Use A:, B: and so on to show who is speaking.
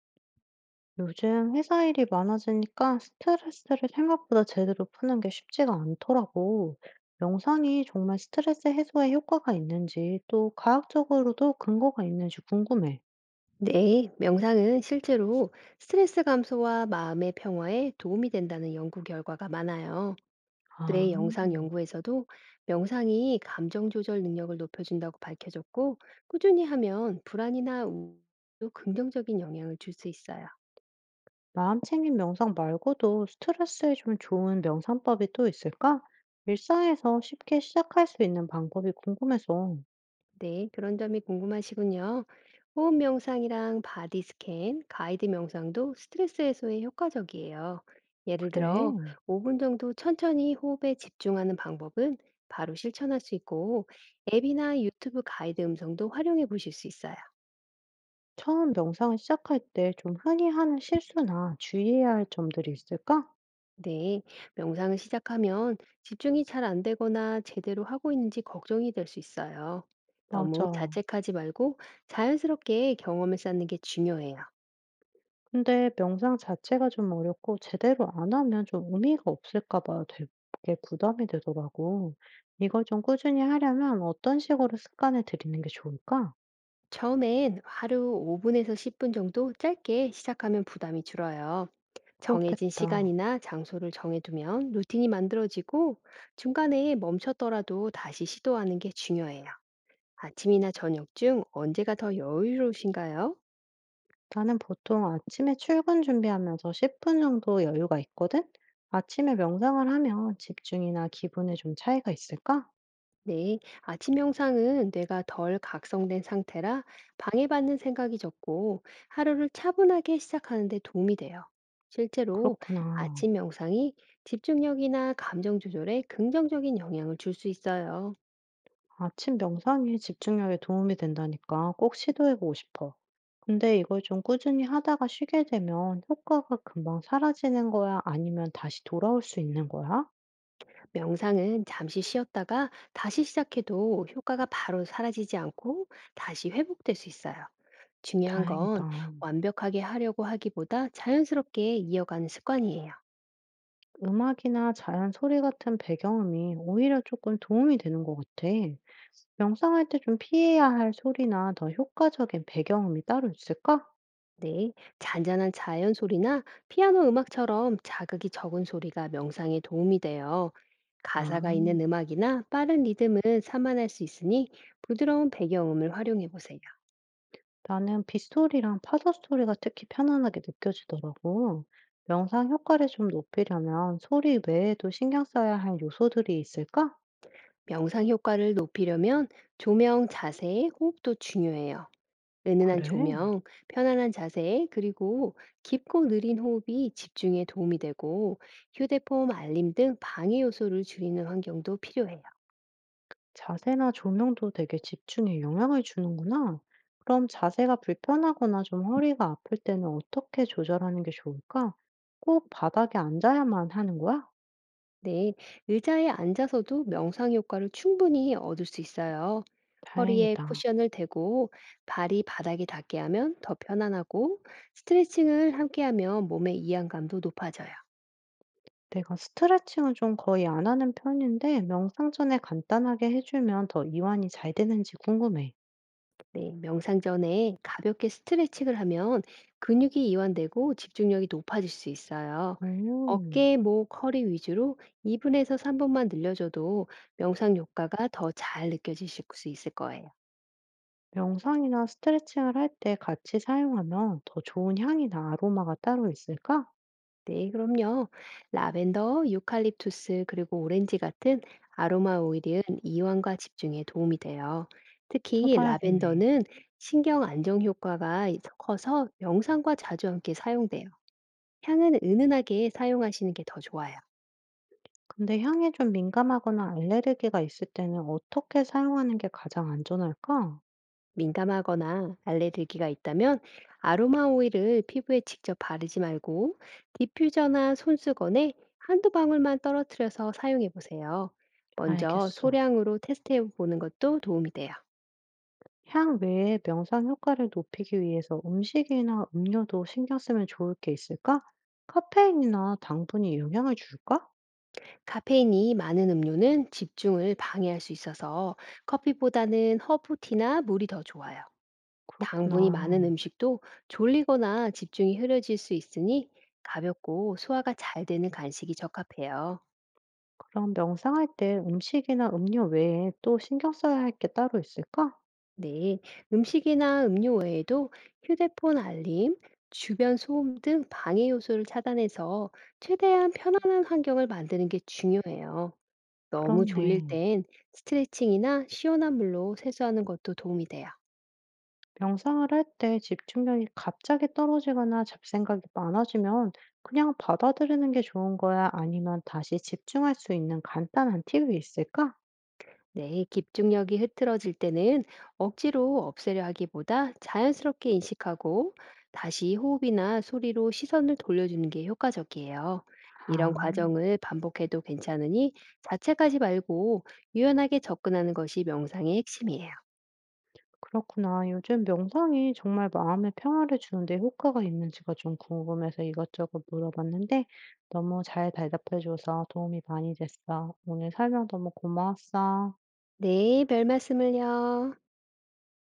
A: 요즘 회사 일이 많아지니까 스트레스를 생각보다 제대로 푸는 게 쉽지가 않더라고. 명상이 정말 스트레스 해소에 효과가 있는지 또 과학적으로도 근거가 있는지 궁금해.
B: 네, 명상은 실제로 스트레스 감소와 마음의 평화에 도움이 된다는 연구 결과가 많아요.
A: 아,
B: 뇌 영상 연구에서도 명상이 감정 조절 능력을 높여준다고 밝혀졌고, 꾸준히 하면 불안이나 우울도 긍정적인 영향을 줄 수 있어요.
A: 마음 챙김 명상 말고도 스트레스에 좀 좋은 명상법이 또 있을까? 일상에서 쉽게 시작할 수 있는 방법이 궁금해서.
B: 네, 그런 점이 궁금하시군요. 호흡 명상이랑 바디 스캔, 가이드 명상도 스트레스 해소에 효과적이에요. 예를 들어,
A: 그래.
B: 5분 정도 천천히 호흡에 집중하는 방법은 바로 실천할 수 있고, 앱이나 유튜브 가이드 음성도 활용해 보실 수 있어요.
A: 처음 명상을 시작할 때 좀 흔히 하는 실수나 주의해야 할 점들이 있을까?
B: 네, 명상을 시작하면 집중이 잘 안 되거나 제대로 하고 있는지 걱정이 될 수 있어요. 너무
A: 맞아.
B: 자책하지 말고 자연스럽게 경험을 쌓는 게 중요해요.
A: 근데 명상 자체가 좀 어렵고 제대로 안 하면 좀 의미가 없을까 봐 되게 부담이 되더라고. 이걸 좀 꾸준히 하려면 어떤 식으로 습관을 들이는 게 좋을까?
B: 처음엔 하루 5분에서 10분 정도 짧게 시작하면 부담이 줄어요. 정해진
A: 그렇겠다.
B: 시간이나 장소를 정해두면 루틴이 만들어지고 중간에 멈췄더라도 다시 시도하는 게 중요해요. 아침이나 저녁 중 언제가 더 여유로우신가요?
A: 나는 보통 아침에 출근 준비하면서 10분 정도 여유가 있거든? 아침에 명상을 하면 집중이나 기분에 좀 차이가 있을까?
B: 네, 아침 명상은 뇌가 덜 각성된 상태라 방해받는 생각이 적고 하루를 차분하게 시작하는 데 도움이 돼요. 실제로
A: 그렇구나.
B: 아침 명상이 집중력이나 감정 조절에 긍정적인 영향을 줄 수 있어요.
A: 아침 명상이 집중력에 도움이 된다니까 꼭 시도해보고 싶어. 근데 이걸 좀 꾸준히 하다가 쉬게 되면 효과가 금방 사라지는 거야? 아니면 다시 돌아올 수 있는 거야?
B: 명상은 잠시 쉬었다가 다시 시작해도 효과가 바로 사라지지 않고 다시 회복될 수 있어요. 중요한 건
A: 다행이다.
B: 완벽하게 하려고 하기보다 자연스럽게 이어가는 습관이에요.
A: 음악이나 자연 소리 같은 배경음이 오히려 조금 도움이 되는 것 같아. 명상할 때 좀 피해야 할 소리나 더 효과적인 배경음이 따로 있을까?
B: 네, 잔잔한 자연 소리나 피아노 음악처럼 자극이 적은 소리가 명상에 도움이 돼요.
A: 아.
B: 가사가 있는 음악이나 빠른 리듬은 산만할 수 있으니 부드러운 배경음을 활용해 보세요.
A: 나는 빗소리랑 파도 소리가 특히 편안하게 느껴지더라고. 명상 효과를 좀 높이려면 소리 외에도 신경 써야 할 요소들이 있을까?
B: 명상 효과를 높이려면 조명, 자세, 호흡도 중요해요. 은은한
A: 그래.
B: 조명, 편안한 자세, 그리고 깊고 느린 호흡이 집중에 도움이 되고 휴대폰 알림 등 방해 요소를 줄이는 환경도 필요해요.
A: 자세나 조명도 되게 집중에 영향을 주는구나. 그럼 자세가 불편하거나 좀 허리가 아플 때는 어떻게 조절하는 게 좋을까? 꼭 바닥에 앉아야만 하는 거야?
B: 네, 의자에 앉아서도 명상 효과를 충분히 얻을 수 있어요. 허리에
A: 다행이다.
B: 쿠션을 대고 발이 바닥에 닿게 하면 더 편안하고 스트레칭을 함께 하면 몸의 이완감도 높아져요.
A: 내가 스트레칭은 좀 거의 안 하는 편인데, 명상 전에 간단하게 해주면 더 이완이 잘 되는지 궁금해.
B: 네, 명상 전에 가볍게 스트레칭을 하면 근육이 이완되고 집중력이 높아질 수 있어요.
A: 오.
B: 어깨, 목, 허리 위주로 2분에서 3분만 늘려줘도 명상 효과가 더 잘 느껴지실 수 있을 거예요.
A: 명상이나 스트레칭을 할 때 같이 사용하면 더 좋은 향이나 아로마가 따로 있을까?
B: 네, 그럼요. 라벤더, 유칼립투스, 그리고 오렌지 같은 아로마 오일은 이완과 집중에 도움이 돼요. 특히
A: 써봐야겠네.
B: 라벤더는 신경 안정 효과가 커서 명상과 자주 함께 사용돼요. 향은 은은하게 사용하시는 게 더 좋아요.
A: 근데 향에 좀 민감하거나 알레르기가 있을 때는 어떻게 사용하는 게 가장 안전할까?
B: 민감하거나 알레르기가 있다면 아로마 오일을 피부에 직접 바르지 말고 디퓨저나 손수건에 한두 방울만 떨어뜨려서 사용해 보세요. 먼저
A: 알겠어.
B: 소량으로 테스트해 보는 것도 도움이 돼요.
A: 향 외에 명상 효과를 높이기 위해서 음식이나 음료도 신경 쓰면 좋을 게 있을까? 카페인이나 당분이 영향을 줄까?
B: 카페인이 많은 음료는 집중을 방해할 수 있어서 커피보다는 허브티나 물이 더 좋아요. 당분이
A: 그렇구나.
B: 많은 음식도 졸리거나 집중이 흐려질 수 있으니 가볍고 소화가 잘 되는 간식이 적합해요.
A: 그럼 명상할 때 음식이나 음료 외에 또 신경 써야 할 게 따로 있을까?
B: 네, 음식이나 음료 외에도 휴대폰 알림, 주변 소음 등 방해 요소를 차단해서 최대한 편안한 환경을 만드는 게 중요해요. 너무 졸릴
A: 그렇네.
B: 땐 스트레칭이나 시원한 물로 세수하는 것도 도움이 돼요.
A: 명상을 할 때 집중력이 갑자기 떨어지거나 잡생각이 많아지면 그냥 받아들이는 게 좋은 거야? 아니면 다시 집중할 수 있는 간단한 팁이 있을까?
B: 네, 집중력이 흐트러질 때는 억지로 없애려 하기보다 자연스럽게 인식하고 다시 호흡이나 소리로 시선을 돌려주는 게 효과적이에요. 이런
A: 아,
B: 과정을 반복해도 괜찮으니 자책하지 말고 유연하게 접근하는 것이 명상의 핵심이에요.
A: 그렇구나. 요즘 명상이 정말 마음의 평화를 주는데 효과가 있는지가 좀 궁금해서 이것저것 물어봤는데 너무 잘 대답해줘서 도움이 많이 됐어. 오늘 설명 너무 고마웠어.
B: 네, 별 말씀을요.